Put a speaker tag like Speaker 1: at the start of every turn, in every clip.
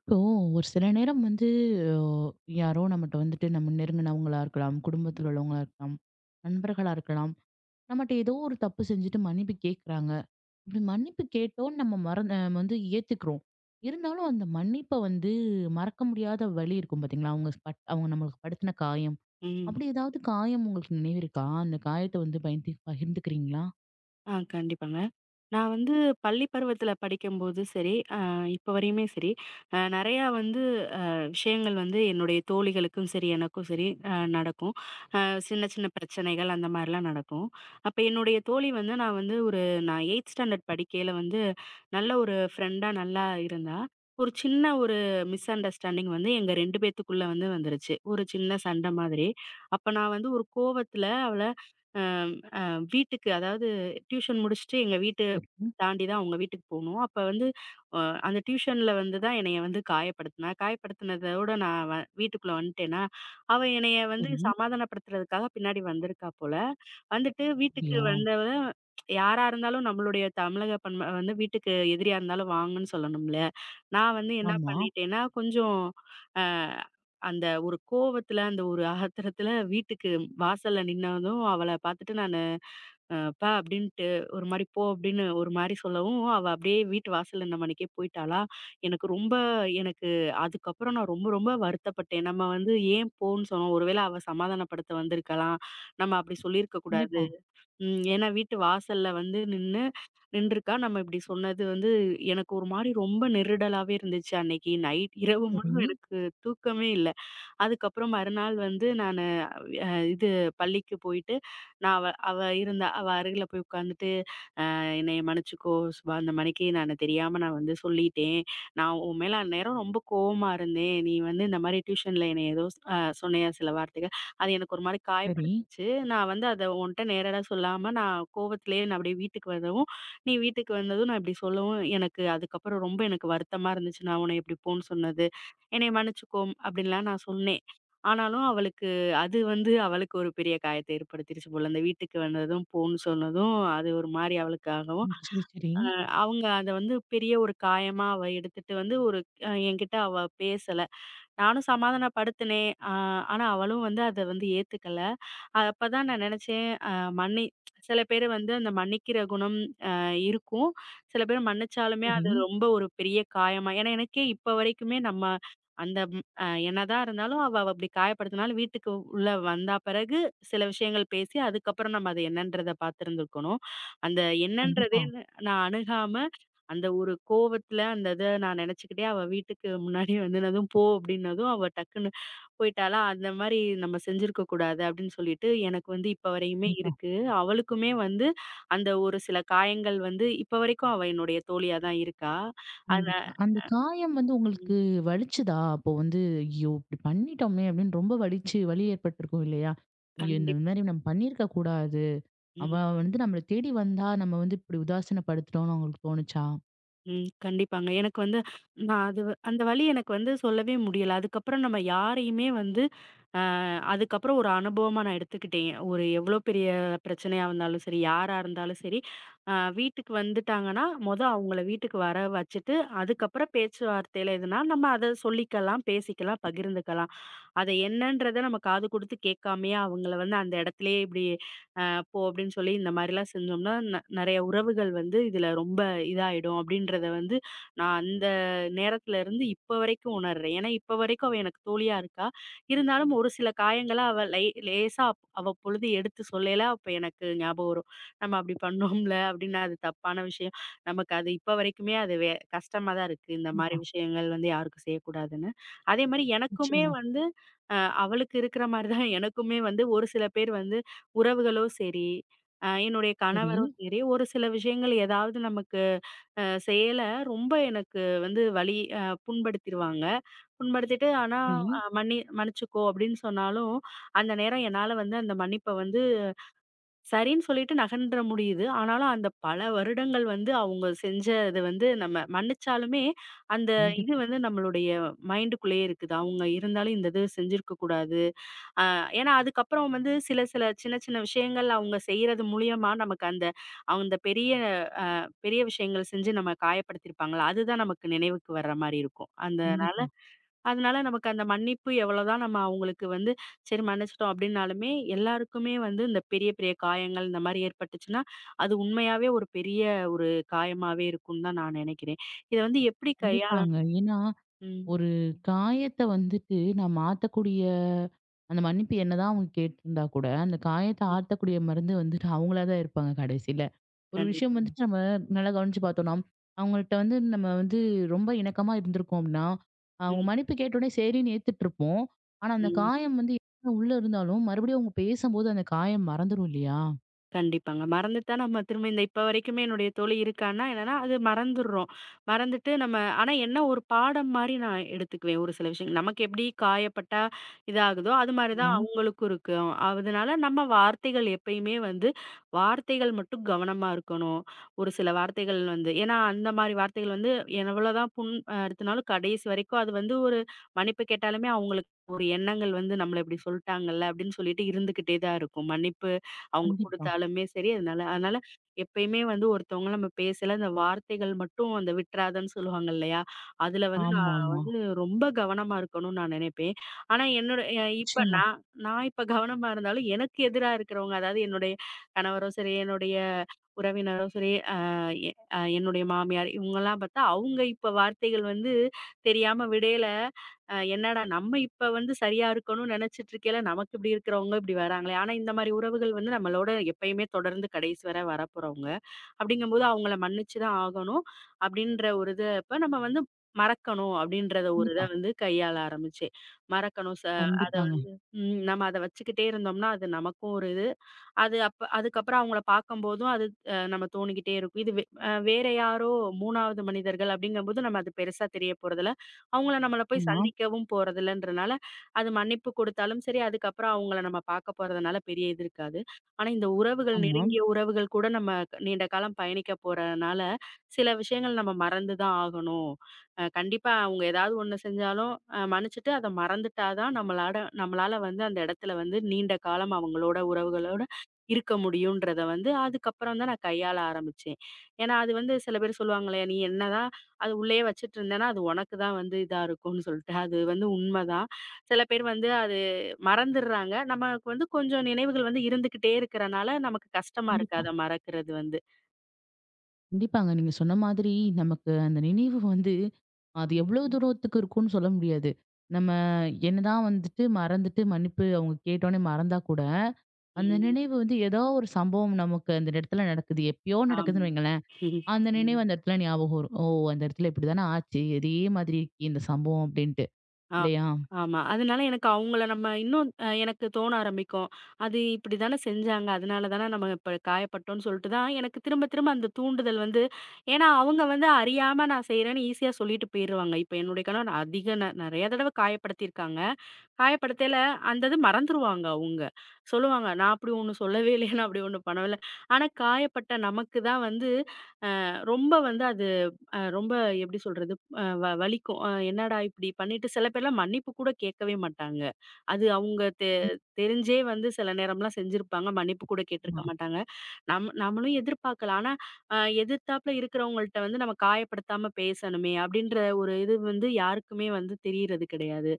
Speaker 1: இப்போ ஒரு சில நேரம் வந்து அ, யாரோ நம்மகிட்ட வந்துட்டு நம்ம நெருங்கினவங்களா இருக்கலாம், குடும்பத்தில் உள்ளவங்களா இருக்கலாம், நண்பர்களா இருக்கலாம். நம்மகிட்ட ஏதோ ஒரு தப்பு செஞ்சுட்டு மன்னிப்பு கேட்குறாங்க. இப்படி மன்னிப்பு கேட்டோன்னு நம்ம மறந்து நம்ம வந்து ஏத்துக்கிறோம். இருந்தாலும் அந்த மன்னிப்பை வந்து மறக்க முடியாத வலி இருக்கும் பார்த்தீங்களா? அவங்க அவங்க நம்மளுக்கு படுத்தின காயம்.
Speaker 2: ம்.
Speaker 1: அப்படி ஏதாவது காயம் உங்களுக்கு நினைவிருக்கா? அந்த காயத்தை வந்து பயந்து பகிர்ந்துக்கிறீங்களா?
Speaker 2: ஆ கண்டிப்பாங்க. நான் வந்து பள்ளி பருவத்தில படிக்கும்போது சரி, இப்போ வரையுமே சரி, நெறையா வந்து விஷயங்கள் வந்து என்னுடைய தோழிகளுக்கும் சரி, எனக்கும் சரி நடக்கும். அ சின்ன சின்ன பிரச்சனைகள் அந்த மாரிலாம் நடக்கும். அப்ப என்னுடைய தோழி வந்து நான் வந்து ஒரு நான் 8த் ஸ்டாண்டர்ட் படிக்கையில வந்து நல்ல ஒரு ஃப்ரெண்டா நல்லா இருந்தா, ஒரு சின்ன ஒரு மிஸ் அண்டர்ஸ்டாண்டிங் வந்து எங்க 2 பேத்துக்குள்ள வந்து வந்துருச்சு. ஒரு சின்ன சண்ட மாதிரி. அப்ப நான் வந்து ஒரு கோவத்தில அவள அ வீட்டுக்கு அதாவது டியூஷன் முடிச்சுட்டு எங்க வீட்டு
Speaker 1: சரி,
Speaker 2: தாண்டி தான் அவங்க வீட்டுக்கு போணும். அப்ப வந்து அ அந்த டியூஷன்ல வந்து தான் என்னைய வந்து காயப்படுத்துனா. காயப்படுத்தினதோட நான் வ வீட்டுக்குள்ள வந்துட்டேனா, அவ என்னைய வந்து
Speaker 1: சரி.
Speaker 2: சமாதானப்படுத்துறதுக்காக பின்னாடி வந்திருக்கா போல. வந்துட்டு வீட்டுக்கு
Speaker 1: அப்படியா?
Speaker 2: வந்தவ யாரா இருந்தாலும் நம்மளுடைய தமிழக பண்ப வந்து வீட்டுக்கு எதிரியா இருந்தாலும் வாங்கன்னு சொல்லணும்ல. நான் வந்து என்ன
Speaker 1: ஆமா.
Speaker 2: பண்ணிட்டேன்னா, கொஞ்சம் அ அந்த ஒரு கோவத்துல, அந்த ஒரு ஆத்திரத்துல வீட்டுக்கு வாசல்ல நின்னதும் அவள பார்த்துட்டு நானு "அப்பா" அப்படின்ட்டு ஒரு மாரி "போ" அப்படின்னு ஒரு மாரி சொல்லவும், அவ அப்படியே வீட்டு வாசல்ல இந்த மணிக்கே போயிட்டாளா? எனக்கு ரொம்ப எனக்கு அதுக்கப்புறம் நான் ரொம்ப ரொம்ப வருத்தப்பட்டேன். நம்ம வந்து ஏன் போன்னு சொன்னோம்? ஒருவேளை அவ சமாதானப்படுத்த வந்திருக்கலாம். நம்ம அப்படி சொல்லியிருக்க கூடாது.
Speaker 1: கண்டிப்பா.
Speaker 2: ம். ஏன்னா வீட்டு வாசல்ல வந்து நின்றுருக்கா. நம்ம இப்படி சொன்னது வந்து எனக்கு ஒரு மாரி ரொம்ப நெருடலாவே இருந்துச்சு. அன்னைக்கு நைட் இரவு முழுவதும்
Speaker 1: சரி,
Speaker 2: எனக்கு தூக்கமே இல்ல. அதுக்கப்புறம் மறுநாள் வந்து நானு அ இது பள்ளிக்கு போயிட்டு நான் அவ அவ இருந்தா அவ அருகில போய் உட்காந்துட்டு என்னைய மன்னிச்சுக்கோ சுபா, இந்த மணிக்கு நானு தெரியாம நான் வந்து சொல்லிட்டேன். நான் உன் மேல அந்நேரம் ரொம்ப கோவமா இருந்தேன். நீ வந்து இந்த மாரி டியூஷன்ல என்னைய ஏதோ சொன்னையா சில வார்த்தைகள். அது எனக்கு ஒரு மாரி
Speaker 1: சரி.
Speaker 2: காயப்படுத்துச்சு. நான் வந்து அத உன்ட்ட நேரடா சொல்லாம நான் கோவத்திலேயே நான் அப்படியே வீட்டுக்கு வரவும், நீ வீட்டுக்கு வந்ததும் நான் இப்படி சொல்லவும் எனக்கு அதுக்கப்புறம் ரொம்ப எனக்கு வருத்தமா இருந்துச்சு. நான் உன்னை இப்படி போன்னு சொன்னது. என்னைய மன்னிச்சுக்கோ அப்படின்லாம் நான் சொன்னேன். ஆனாலும் அவளுக்கு அது வந்து அவளுக்கு ஒரு பெரிய காயத்தை ஏற்படுத்திருச்சு போல. அந்த வீட்டுக்கு வந்ததும், போன்னு சொன்னதும், அது ஒரு மாரி அவளுக்காகவும்,
Speaker 1: ம். சரி, சரி.
Speaker 2: அ அவங்க அத வந்து பெரிய ஒரு காயமா அவ எடுத்துட்டு வந்து ஒரு என்கிட்ட அவ பேசல. நானும் சமாதானப்படுத்தினேன். ஆனா அவளும் வந்து அத வந்து ஏத்துக்கல. அப்பதான் நான் நினைச்சேன், மன்னி சில பேரு வந்து அந்த மன்னிக்கிற குணம் அ இருக்கும். சில பேர் மன்னிச்சாலுமே
Speaker 1: சரி.
Speaker 2: அது ரொம்ப ஒரு பெரிய காயமா ஏன்னா எனக்கே இப்ப வரைக்குமே நம்ம அந்த என்னதான் இருந்தாலும் அவ அப்படி காயப்படுத்தினாலும் வீட்டுக்கு உள்ள வந்தா பிறகு சில விஷயங்கள் பேசி அதுக்கப்புறம் நம்ம அது என்னன்றத பார்த்திருந்துருக்கணும். அந்த என்னன்றதே
Speaker 1: கண்டிப்பா.
Speaker 2: நான் அணுகாம அந்த ஒரு கோவத்துல அந்த இத நான் நினைச்சுக்கிட்டே அவ வீட்டுக்கு முன்னாடி வந்துனதும், "போ" அப்படின்னதும் அவ டக்குன்னு போயிட்டாளா! அந்த மாரி நம்ம செஞ்சிருக்க கூடாது அப்படின்னு சொல்லிட்டு, எனக்கு வந்து இப்ப வரையுமே
Speaker 1: கண்டிப்பா,
Speaker 2: இருக்கு. அவளுக்குமே வந்து அந்த ஒரு சில காயங்கள் வந்து இப்ப வரைக்கும் அவ என்னுடைய தோழியா தான் இருக்கா. ஆனா
Speaker 1: கண்டிப்பா. அந்த காயம் வந்து
Speaker 2: ம்.
Speaker 1: உங்களுக்கு வலிச்சுதா? அப்போ வந்து, "ஐயோ! இப்படி பண்ணிட்டோமே!" அப்படின்னு ரொம்ப வலிச்சு வலி ஏற்பட்டிருக்கும் இல்லையா? "ஐயோ! இந்த
Speaker 2: கண்டிப்
Speaker 1: மாரி நம்ம பண்ணியிருக்க கூடாது. அவ
Speaker 2: ம்.
Speaker 1: வந்து நம்மள தேடி வந்தா, நம்ம வந்து இப்படி உதாசீனப்படுத்திட்டோம்ன்னு" அவங்களுக்கு தோணுச்சா?
Speaker 2: ம். கண்டிப்பாங்க. எனக்கு வந்து நான் அந்த வலி எனக்கு வந்து சொல்லவே முடியல. அதுக்கப்புறம் நம்ம யாரையுமே வந்து அதுக்கப்புறம் ஒரு அனுபவமா நான் எடுத்துக்கிட்டேன். ஒரு எவ்ளோ பெரிய பிரச்சனையா இருந்தாலும் சரி, யாரா இருந்தாலும் சரி, வீட்டுக்கு வந்துட்டாங்கன்னா, மொத அவங்கள வீட்டுக்கு வர வச்சுட்டு, அதுக்கப்புறம் பேச்சுவார்த்தையில எதுனா நம்ம அத சொல்லிக்கலாம், பேசிக்கலாம், பகிர்ந்துக்கலாம். அது என்னன்றத நம்ம காது குடுத்து கேட்காமயே அவங்கள வந்து அந்த இடத்துலயே இப்படி அ போ அப்படின்னு சொல்லி இந்த மாரிலாம் செஞ்சோம்னா, நெறைய உறவுகள் வந்து இதுல ரொம்ப இதாயிடும் அப்படின்றத வந்து நான் அந்த நேரத்துல இருந்து இப்ப வரைக்கும் உணர்றேன். ஏன்னா இப்ப வரைக்கும் அவ எனக்கு தோழியா இருக்கா. இருந்தாலும் ஒரு சில காயங்கள அவ லை லேசா அவ பொழுது எடுத்து சொல்லயில அப்ப எனக்கு ஞாபகம் வரும். நம்ம அப்படி பண்ணோம்ல அப்படின்னு அது தப்பான விஷயம். நமக்கு அது இப்ப வரைக்குமே அது வே கஷ்டமா தான் இருக்கு. இந்த
Speaker 1: கண்டிப்பா.
Speaker 2: மாரி விஷயங்கள் வந்து யாருக்கும் செய்யக்கூடாதுன்னு. அதே மாரி எனக்குமே
Speaker 1: நிச்சயமா.
Speaker 2: வந்து அ அவளுக்கு இருக்கிற மாரி தான் எனக்குமே வந்து ஒரு சில பேர் வந்து உறவுகளோ சரி, என்னுடைய
Speaker 1: சரி.
Speaker 2: கணவரும் சரி, ஒரு சில விஷயங்கள் ஏதாவது நமக்கு செய்யல ரொம்ப எனக்கு வந்து வலி புண்படுத்திருவாங்க. புண்படுத்திட்டு ஆனா
Speaker 1: சரி.
Speaker 2: மன்னிச்சுக்கோ அப்படின்னு சொன்னாலும், அந்த நேரம் என்னால வந்து அந்த மன்னிப்ப வந்து சரின்னு சொல்லிட்டு நகன்ற முடியுது. ஆனாலும் அந்த பல வருடங்கள் வந்து அவங்க செஞ்சது வந்து நம்ம மன்னிச்சாலுமே, அந்த இது
Speaker 1: கண்டிப்பா,
Speaker 2: வந்து நம்மளுடைய மைண்டுக்குள்ளேயே இருக்குது. அவங்க இருந்தாலும் இந்த இது செஞ்சிருக்க கூடாது. அ ஏன்னா, அதுக்கப்புறம் வந்து சில சில சின்ன சின்ன விஷயங்கள் அவங்க செய்றது மூலியமா நமக்கு அந்த அந்த பெரிய பெரிய விஷயங்கள் செஞ்சு நம்ம காயப்படுத்தியிருப்பாங்கல்ல, அதுதான் நமக்கு நினைவுக்கு வர்ற மாரி இருக்கும். அதனால
Speaker 1: கண்டிப்பா,
Speaker 2: அதனால நமக்கு அந்த மன்னிப்பு எவ்வளோதான் நம்ம அவங்களுக்கு வந்து சரி மன்னிச்சுட்டோம் அப்டின்னாலுமே, எல்லாருக்குமே வந்து இந்த பெரிய பெரிய காயங்கள் இந்த மாரி ஏற்பட்டுச்சுன்னா, அது உண்மையாவே ஒரு பெரிய ஒரு காயமாவே இருக்கும்னு தான் நான் நெனைக்கிறேன். இத வந்து எப்டி கையாளணும்.
Speaker 1: கண்டிப்பாங்க. ஏன்னா
Speaker 2: ம்.
Speaker 1: ஒரு காயத்த வந்துட்டு நான் மாத்தக்கூடிய அந்த மன்னிப்பு என்னதான் அவங்க கேட்டிருந்தா கூட, அந்த காயத்த ஆத்தக்கூடிய மருந்து வந்துட்டு அவங்களா தான் இருப்பாங்க கடைசியில. ஒரு விஷயம்
Speaker 2: கண்டிப்பாங்க.
Speaker 1: வந்துட்டு நம்ம நல்லா கவனிச்சு பார்த்தோம்னா, அவங்கள்ட்ட வந்து நம்ம வந்து ரொம்ப இணக்கமா இருந்திருக்கோம் அப்படின்னா, அவங்க
Speaker 2: ம்,
Speaker 1: மன்னிப்பு கேட்டோனே சரின்னு ஏத்துட்டு இருப்போம். ஆனா அந்த
Speaker 2: ம்.
Speaker 1: காயம் வந்து என்ன உள்ள இருந்தாலும், மறுபடியும் அவங்க பேசும்போது அந்த காயம் மறந்துரும் இல்லையா?
Speaker 2: கண்டிப்பாங்க. மறந்துட்டா நம்ம திரும்ப இந்த இப்ப வரைக்குமே என்னுடைய தோழி இருக்கான்னா, என்னன்னா அது மறந்துர்றோம். மறந்துட்டு நம்ம ஆனா என்ன ஒரு பாடம் மாரி நான் எடுத்துக்குவேன் ஒரு சில விஷயங்கள். நமக்கு எப்படி காயப்பட்டா இதாகுதோ, அது மாரி தான்
Speaker 1: ஆமா,
Speaker 2: அவங்களுக்கும் இருக்கும். அதனால நம்ம வார்த்தைகள் எப்பயுமே வந்து வார்த்தைகள் மட்டும் கவனமா இருக்கணும். ஒரு சில வார்த்தைகள் வந்து ஏன்னா அந்த மாரி வார்த்தைகள் வந்து எவ்வளோதான் புண் அறுத்துனாலும் கடைசி வரைக்கும் அது வந்து ஒரு மன்னிப்பு கேட்டாலுமே அவங்களுக்கு ஒரு எண்ணங்கள் வந்து நம்மள இப்படி சொல்ட்டாங்கல்ல அப்படின்னு சொல்லிட்டு இருந்துகிட்டே தான் இருக்கும். மன்னிப்பு அவங்க
Speaker 1: கண்டிப்பா.
Speaker 2: குடுத்தாலுமே சரி. அதனால அதனால எப்பயுமே வந்து ஒருத்தவங்கள நம்ம பேசல, அந்த வார்த்தைகள் மட்டும் அந்த விட்றாதன்னு சொல்லுவாங்க இல்லையா? அதுல வந்து நான்
Speaker 1: ஆமாமா.
Speaker 2: வந்து ரொம்ப கவனமா இருக்கணும்னு நான் நினைப்பேன். ஆனா என்னோட இப்ப
Speaker 1: நிச்சயமா.
Speaker 2: நான் நான் இப்ப கவனமா இருந்தாலும், எனக்கு எதிரா இருக்கிறவங்க, அதாவது என்னுடைய கணவரோ சரி, என்னுடைய உறவினரோ சரி, எ என்னுடைய மாமியார் இவங்கலாம் பார்த்தா, அவங்க இப்ப வார்த்தைகள் வந்து தெரியாம விடையில என்னடா நம்ம இப்ப வந்து சரியா இருக்கணும்னு நினைச்சிட்டு இருக்கையில, நமக்கு இப்படி இருக்கிறவங்க இப்படி வராங்களே! ஆனா இந்த மாரி உறவுகள் வந்து நம்மளோட எப்பயுமே தொடர்ந்து கடைசி வரை வரப்போறவங்க. அப்படிங்கும்போது அவங்கள மன்னிச்சு தான் ஆகணும். அப்படின்ற ஒரு இத அப்ப நம்ம வந்து மறக்கணும் அப்படின்றத ஒரு இத
Speaker 1: கண்டிப்பா.
Speaker 2: வந்து கையாள ஆரம்பிச்சேன். மறக்கணும் அத
Speaker 1: கண்டிப்பாங்க.
Speaker 2: வந்து ம் நம்ம அத வச்சுக்கிட்டே இருந்தோம்னா, அது நமக்கும் ஒரு இது, அது அப்ப அதுக்கப்புறம் அவங்கள பார்க்கும்போதும் அது நம்ம தோணிக்கிட்டே இருக்கும். இது வே வேற யாரோ 3வது மனிதர்கள் அப்படிங்கும்போது நம்ம அது பெருசா தெரிய போறதில்ல. அவங்கள நம்மள போய்
Speaker 1: ஆமா,
Speaker 2: சந்திக்கவும் போறதில்லன்றனால, அது மன்னிப்பு கொடுத்தாலும் சரி, அதுக்கப்புறம் அவங்கள நம்ம பார்க்க போறதுனால பெரிய இது இருக்காது. ஆனா இந்த உறவுகள்,
Speaker 1: ஆமா.
Speaker 2: நெருங்கிய உறவுகள் கூட நம்ம நீண்ட காலம் பயணிக்க போறதுனால, சில விஷயங்கள் நம்ம மறந்து தான் ஆகணும். கண்டிப்பா அவங்க ஏதாவது ஒண்ணு செஞ்சாலும் மன்னிச்சுட்டு அத மறந்துட்டா தான் நம்மளாட நம்மளால வந்து அந்த இடத்துல வந்து நீண்ட காலம் அவங்களோட உறவுகளோட இருக்க முடியும்ன்றத வந்து அதுக்கப்புறம் தான் நான் கையாள ஆரம்பிச்சேன். ஏன்னா, அது வந்து சில பேர் சொல்லுவாங்களே, "நீ என்னதான் அது உள்ளேயே வச்சுட்டு இருந்தேன்னா, அது உனக்கு தான் வந்து இதா இருக்கும்னு" சொல்லிட்டு. அது வந்து உண்மதான். சில பேர் வந்து அது மறந்துடுறாங்க. நமக்கு வந்து கொஞ்சம் நினைவுகள் வந்து இருந்துகிட்டே இருக்கறனால, நமக்கு கஷ்டமா இருக்கு
Speaker 1: கண்டிப்பா.
Speaker 2: அத மறக்கிறது வந்து.
Speaker 1: கண்டிப்பாங்க. நீங்க சொன்ன மாதிரி நமக்கு அந்த நினைவு வந்து, அது
Speaker 2: ம்,
Speaker 1: எவ்வளவு
Speaker 2: ம்.
Speaker 1: தூரத்துக்கு இருக்கும்னு சொல்ல முடியாது. நம்ம என்னதான் வந்துட்டு மறந்துட்டு மன்னிப்பு அவங்க கேட்டோனே மறந்தா கூட, அந்த
Speaker 2: ம்.
Speaker 1: நினைவு வந்து ஏதோ ஒரு சம்பவம் நமக்கு அந்த இடத்துல நடக்குது. எப்பயோ
Speaker 2: ஆமா.
Speaker 1: நடக்குதுன்னு வைங்களேன். அந்த நினைவு அந்த இடத்துல ஞாபகம் வரும். ஓ! அந்த இடத்துல இப்படித்தானே ஆச்சு. இதே மாதிரி இருக்கே இந்த சம்பவம் அப்படின்ட்டு.
Speaker 2: ஆ.
Speaker 1: இல்லையா?
Speaker 2: ஆமா. அதனால எனக்கு அவங்கள நம்ம இன்னும் எனக்கு தோண ஆரம்பிக்கும். அது இப்படி தானே செஞ்சாங்க. அதனால தானே நம்ம இப்ப காயப்பட்டோம்ன்னு சொல்லிட்டு தான் எனக்கு திரும்ப திரும்ப அந்த தூண்டுதல் வந்து ஏன்னா அவங்க வந்து அறியாம நான் செய்றேன்னு ஈஸியா சொல்லிட்டு போயிருவாங்க. இப்ப என்னுடைய கணவர் அதிக நெறைய தடவ காயப்படுத்தியிருக்காங்க. காயப்படுத்தையில அந்த இது மறந்துருவாங்க அவங்க. சொல்லுவாங்க, "நான் அப்படி ஒண்ணு சொல்லவே இல்லையே, நான் அப்படி ஒண்ணு பண்ணவே இல்ல." ஆனா காயப்பட்ட நமக்கு தான் வந்து ரொம்ப வந்து அது ரொம்ப எப்படி சொல்றது? அ வ வலிக்கும். என்னடா இப்படி பண்ணிட்டு சில பேர்லாம் மன்னிப்பு கூட கேட்கவே மாட்டாங்க. அது அவங்க தெரிஞ்சே வந்து சில நேரம்லாம் செஞ்சிருப்பாங்க. மன்னிப்பு கூட கேட்டிருக்க
Speaker 1: ஆமா.
Speaker 2: மாட்டாங்க. நம்மளும் எதிர்பார்க்கலாம். ஆனா, அ எதிர்த்தாப்புல இருக்கிறவங்கள்ட்ட வந்து நம்ம காயப்படுத்தாம பேசணுமே! அப்பிடின்ற ஒரு இது வந்து யாருக்குமே வந்து தெரியறது கிடையாது.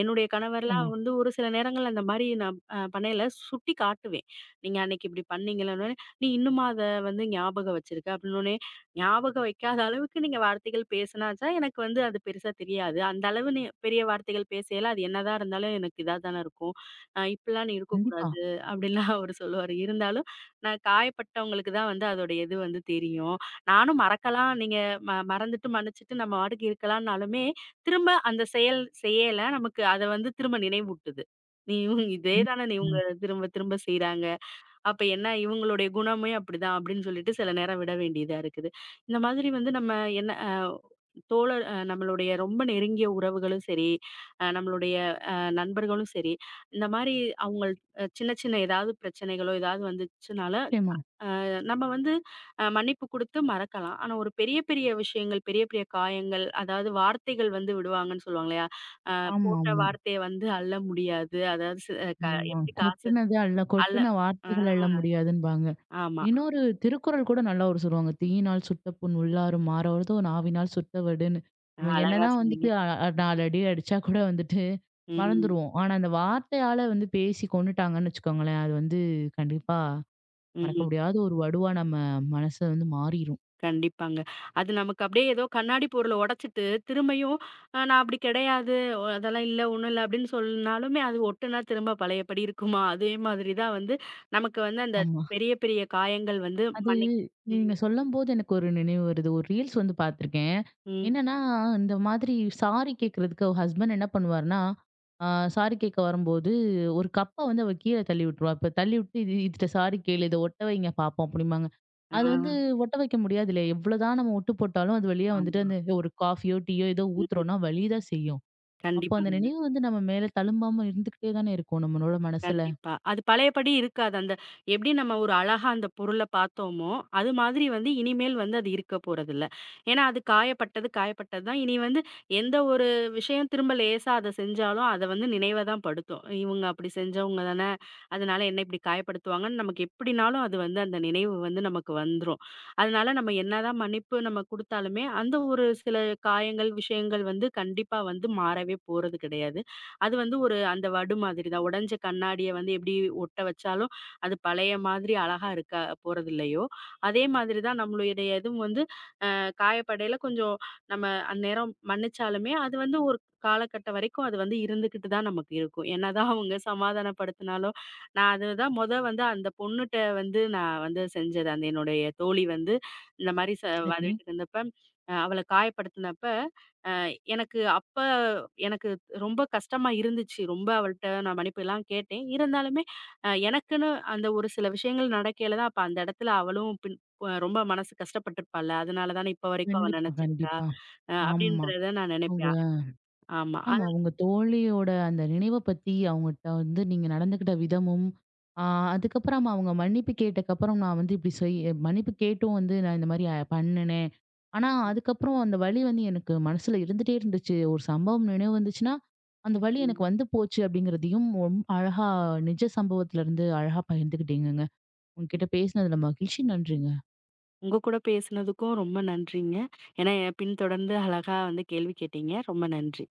Speaker 2: என்னுடைய
Speaker 1: நிச்சயமா.
Speaker 2: கணவர்லாம் வந்து ஒரு சில நேரங்கள்ல அந்தமாரி நான் பண்ணயில சுட்டி காட்டுவேன். நீங்க அன்னக்கி இப்பிடி பண்ணீங்களேன்னோனே, நீ இன்னுமா அத வந்து ஞாபகம் வச்சிருக்க அப்பிடின்னோனே, ஞாபகம் வைக்காத அளவுக்கு நீங்க வார்த்தைகள் பேசினாச்சா, எனக்கு வந்து அது பெருசா தெரியாது. அந்த அளவு நீ பெரிய வார்த்தைகள் பேசயில அது என்னதான் இருந்தாலும் எனக்கு இதா தானே இருக்கும். இப்படிலாம் நீ
Speaker 1: கண்டிப்பா.
Speaker 2: இருக்கக்கூடாது அப்படிலாம் அவரு சொல்லுவாரு. இருந்தாலும் நான் காயப்பட்டவங்களுக்கு தான் வந்து அதோடைய இது வந்து தெரியும். நானும் மறக்கலாம் நீங்க மறந்துட்டு, மன்னிச்சுட்டு நம்ம பாட்டுக்கு இருக்கலாம்னாலுமே, திரும்ப அந்த செயல் செய்யல நமக்கு அத வந்து திரும்ப நினைவூட்டுது. நீ இவங்க இதே
Speaker 1: கண்
Speaker 2: தானே நீ இவங்க
Speaker 1: ம்.
Speaker 2: திரும்ப திரும்ப செய்றாங்க. அப்ப என்ன இவங்களுடைய குணமே அப்படிதான் அப்படின்னு சொல்லிட்டு சில நேரம் விட வேண்டியதா இருக்குது. இந்த மாதிரி வந்து நம்ம என்ன தோழர் நம்மளுடைய ரொம்ப நெருங்கிய உறவுகளும் சரி, நம்மளுடைய அ நண்பர்களும் சரி, இந்த மாரி அவங்கள் சின்ன சின்ன ஏதாவது பிரச்சனைகளோ, ஏதாவது வந்துச்சுனால
Speaker 1: நிச்சயமா.
Speaker 2: நம்ம வந்து மன்னிப்பு குடுத்து மறக்கலாம். ஆனா ஒரு பெரிய பெரிய விஷயங்கள், பெரிய பெரிய காயங்கள், அதாவது வார்த்தைகள் வந்து விடுவாங்கன்னு சொல்லுவாங்க இல்லையா? அ போட்ட
Speaker 1: ஆமாமா.
Speaker 2: வார்த்தைய வந்து அள்ள முடியாது. அதாவது சி க
Speaker 1: ஆமா. ஆமா.
Speaker 2: எப்படி காசு
Speaker 1: கொட்டுனது அள்ள
Speaker 2: அள்ள
Speaker 1: கொட்டுன
Speaker 2: ஆ
Speaker 1: வார்த்தைகள் அள்ள முடியாதுன்பாங்க.
Speaker 2: ஆமா.
Speaker 1: இன்னொரு திருக்குறள் கூட நல்லா ஒரு சொல்லுவாங்க. "தீயினால் சுட்டப்புண் உள்ளாரும் மாறாவதோ நாவினால் சுட்டவடுன்னு."
Speaker 2: ஆ,
Speaker 1: நம்ம
Speaker 2: அழகா
Speaker 1: என்னதான்
Speaker 2: சொன்னீங்க.
Speaker 1: வந்துட்டு அ அ 4 அடி அடிச்சா கூட வந்துட்டு
Speaker 2: ம்,
Speaker 1: மறந்துருவோம். ஆனா அந்த வார்த்தையால வந்து பேசி கொன்னுட்டாங்கன்னு வச்சுக்கோங்களேன், அது வந்து கண்டிப்பா மறக்க
Speaker 2: ம்.
Speaker 1: முடியாத ஒரு வடுவா நம்ம மனச வந்து மாறிரும்.
Speaker 2: கண்டிப்பாங்க. அது நமக்கு அப்படியே ஏதோ கண்ணாடி பொருள உடைச்சிட்டு, திரும்பியும் நான் அப்படி கிடையாது. அதெல்லாம் இல்ல, ஒண்ணும் இல்ல அப்படின்னு சொன்னாலுமே, அது ஒட்டுனா திரும்ப பழையபடி இருக்குமா? அதே மாதிரி தான் வந்து நமக்கு வந்து அந்த
Speaker 1: ஆமா.
Speaker 2: பெரிய, பெரிய காயங்கள் வந்து
Speaker 1: அது நீங்க
Speaker 2: ம்,
Speaker 1: சொல்லும்போது எனக்கு ஒரு நினைவு வருது. ஒரு ரீல்ஸ் வந்து பார்த்துருக்கேன்.
Speaker 2: ம்.
Speaker 1: என்னன்னா, இந்த மாதிரி சாரி கேட்கறதுக்கு அவ ஹஸ்பண்ட் என்ன பண்ணுவாருன்னா, அ சாரி கேட்க வரும்போது ஒரு கப்ப வந்து அவ கீழ தள்ளி விட்டுருவா. இப்ப தள்ளி விட்டு "இது இதுட்ட சாரி கேளு. இத ஒட்ட வைங்க பாப்போம்" அப்படிம்பாங்க.
Speaker 2: ஆ,
Speaker 1: அது வந்து ஒட்ட வைக்க முடியாதுல்ல. எவ்வளோதான் நம்ம ஒட்டு போட்டாலும் அது வழியா வந்துட்டு
Speaker 2: ஆமா.
Speaker 1: அந்த ஒரு காஃபியோ, டீயோ ஏதோ
Speaker 2: ம்,
Speaker 1: ஊத்துறோம்னா வலி தான் செய்யும். அப்போ அந்த
Speaker 2: கண்டிப்பாங்க.
Speaker 1: நினைவு வந்து நம்ம மேல தழும்பாம இருந்துகிட்டே தானே இருக்கும் நம்மளோட மனசுல.
Speaker 2: கண்டிப்பா. அது பழையபடி இருக்காது. அந்த எப்படி நம்ம ஒரு அழகா அந்த பொருள பார்த்தோமோ, அது மாதிரி வந்து இனிமேல் வந்து அது இருக்க போறதில்ல. ஏன்னா, அது காயப்பட்டது, காயப்பட்டது தான். இனி வந்து எந்த ஒரு விஷயம் திரும்ப லேசா அத செஞ்சாலும், அத வந்து நினைவ தான் படுத்தும். இவங்க அப்படி செஞ்சவங்க தானே, அதனால என்ன இப்படி காயப்படுத்துவாங்கன்னு நமக்கு எப்படினாலும் அது வந்து அந்த நினைவு வந்து நமக்கு வந்துரும். அதனால நம்ம என்னதான் மன்னிப்பு நம்ம குடுத்தாலுமே, அந்த ஒரு சில காயங்கள், விஷயங்கள் வந்து கண்டிப்பா வந்து மாறவே போறது கிடையாது. அது வந்து ஒரு அந்த வடு மாதிரி தான். உடைஞ்ச கண்ணாடிய வந்து எப்படி ஒட்ட வச்சாலும், அது பழைய மாதிரி அழகா இருக்க போறதில்லையோ, அதே மாதிரி தான் நம்மளுடைய இதுவும் வந்து காயப்படையில கொஞ்சம் நம்ம அந்நேரம் மன்னிச்சாலுமே, அது வந்து ஒரு காலகட்டம் வரைக்கும் அது வந்து இருந்துகிட்டு தான் நமக்கு இருக்கும். என்னதான் அவங்க சமாதானப்படுத்தினாலும், நான் அதுதான் மொத வந்து அந்த பொண்ணுட்ட வந்து நான் வந்து செஞ்சது. அந்த என்னுடைய தோழி வந்து இந்த மாரி
Speaker 1: சரி.
Speaker 2: வந்துட்டு இருந்தப்ப, அவள காயப்படுத்தினப்ப எனக்கு அப்ப எனக்கு ரொம்ப கஷ்டமா இருந்துச்சு. ரொம்ப அவள்ட்ட நான் மன்னிப்புலாம் கேட்டேன். இருந்தாலுமே எனக்குன்னு அந்த ஒரு சில விஷயங்கள் நடக்கையில தான் அப்ப அந்த இடத்துல அவளும் ரொம்ப மனசு கஷ்டப்பட்டுருப்பாள்ல. அதனால தானே இப்ப வரைக்கும் அவ
Speaker 1: கண்டிப்பா,
Speaker 2: நினைச்சிருக்கா.
Speaker 1: கண்டிப்பா. ஆமா.
Speaker 2: அப்படின்றத நான்
Speaker 1: அவங்க
Speaker 2: நினைப்பேன். ஆமா.
Speaker 1: ஆமா.
Speaker 2: அது
Speaker 1: உங்க தோழியோட அந்த நினைவ பத்தி அவங்கட்ட வந்து நீங்க நடந்துக்கிட்ட விதமும், ஆ அதுக்கப்புறம் அவங்க மன்னிப்பு கேட்டக்கப்புறம் நான் வந்து இப்டி செய்ய மன்னிப்பு கேட்டும் வந்து நான் இந்த மாரி பண்ணுனேன். ஆனா அதுக்கப்புறம் அந்த வலி வந்து எனக்கு மனசுல இருந்துட்டே இருந்துச்சு. ஒரு சம்பவம் நினைவு வந்துச்சுன்னா, அந்த வலி எனக்கு
Speaker 2: ம்.
Speaker 1: வந்து போச்சு அப்டிங்கிறதையும் அழகா நிஜ சம்பவத்திலருந்து அழகா பகிர்ந்துக்கிட்டீங்கங்க. உங்ககிட்ட பேசினதுல மகிழ்ச்சி. நன்றிங்க.
Speaker 2: உங்க கூட பேசுனதுக்கும் ரொம்ப நன்றிங்க. ஏன்னா பின்தொடர்ந்து அழகா வந்து கேள்வி கேட்டீங்க. ரொம்ப நன்றி.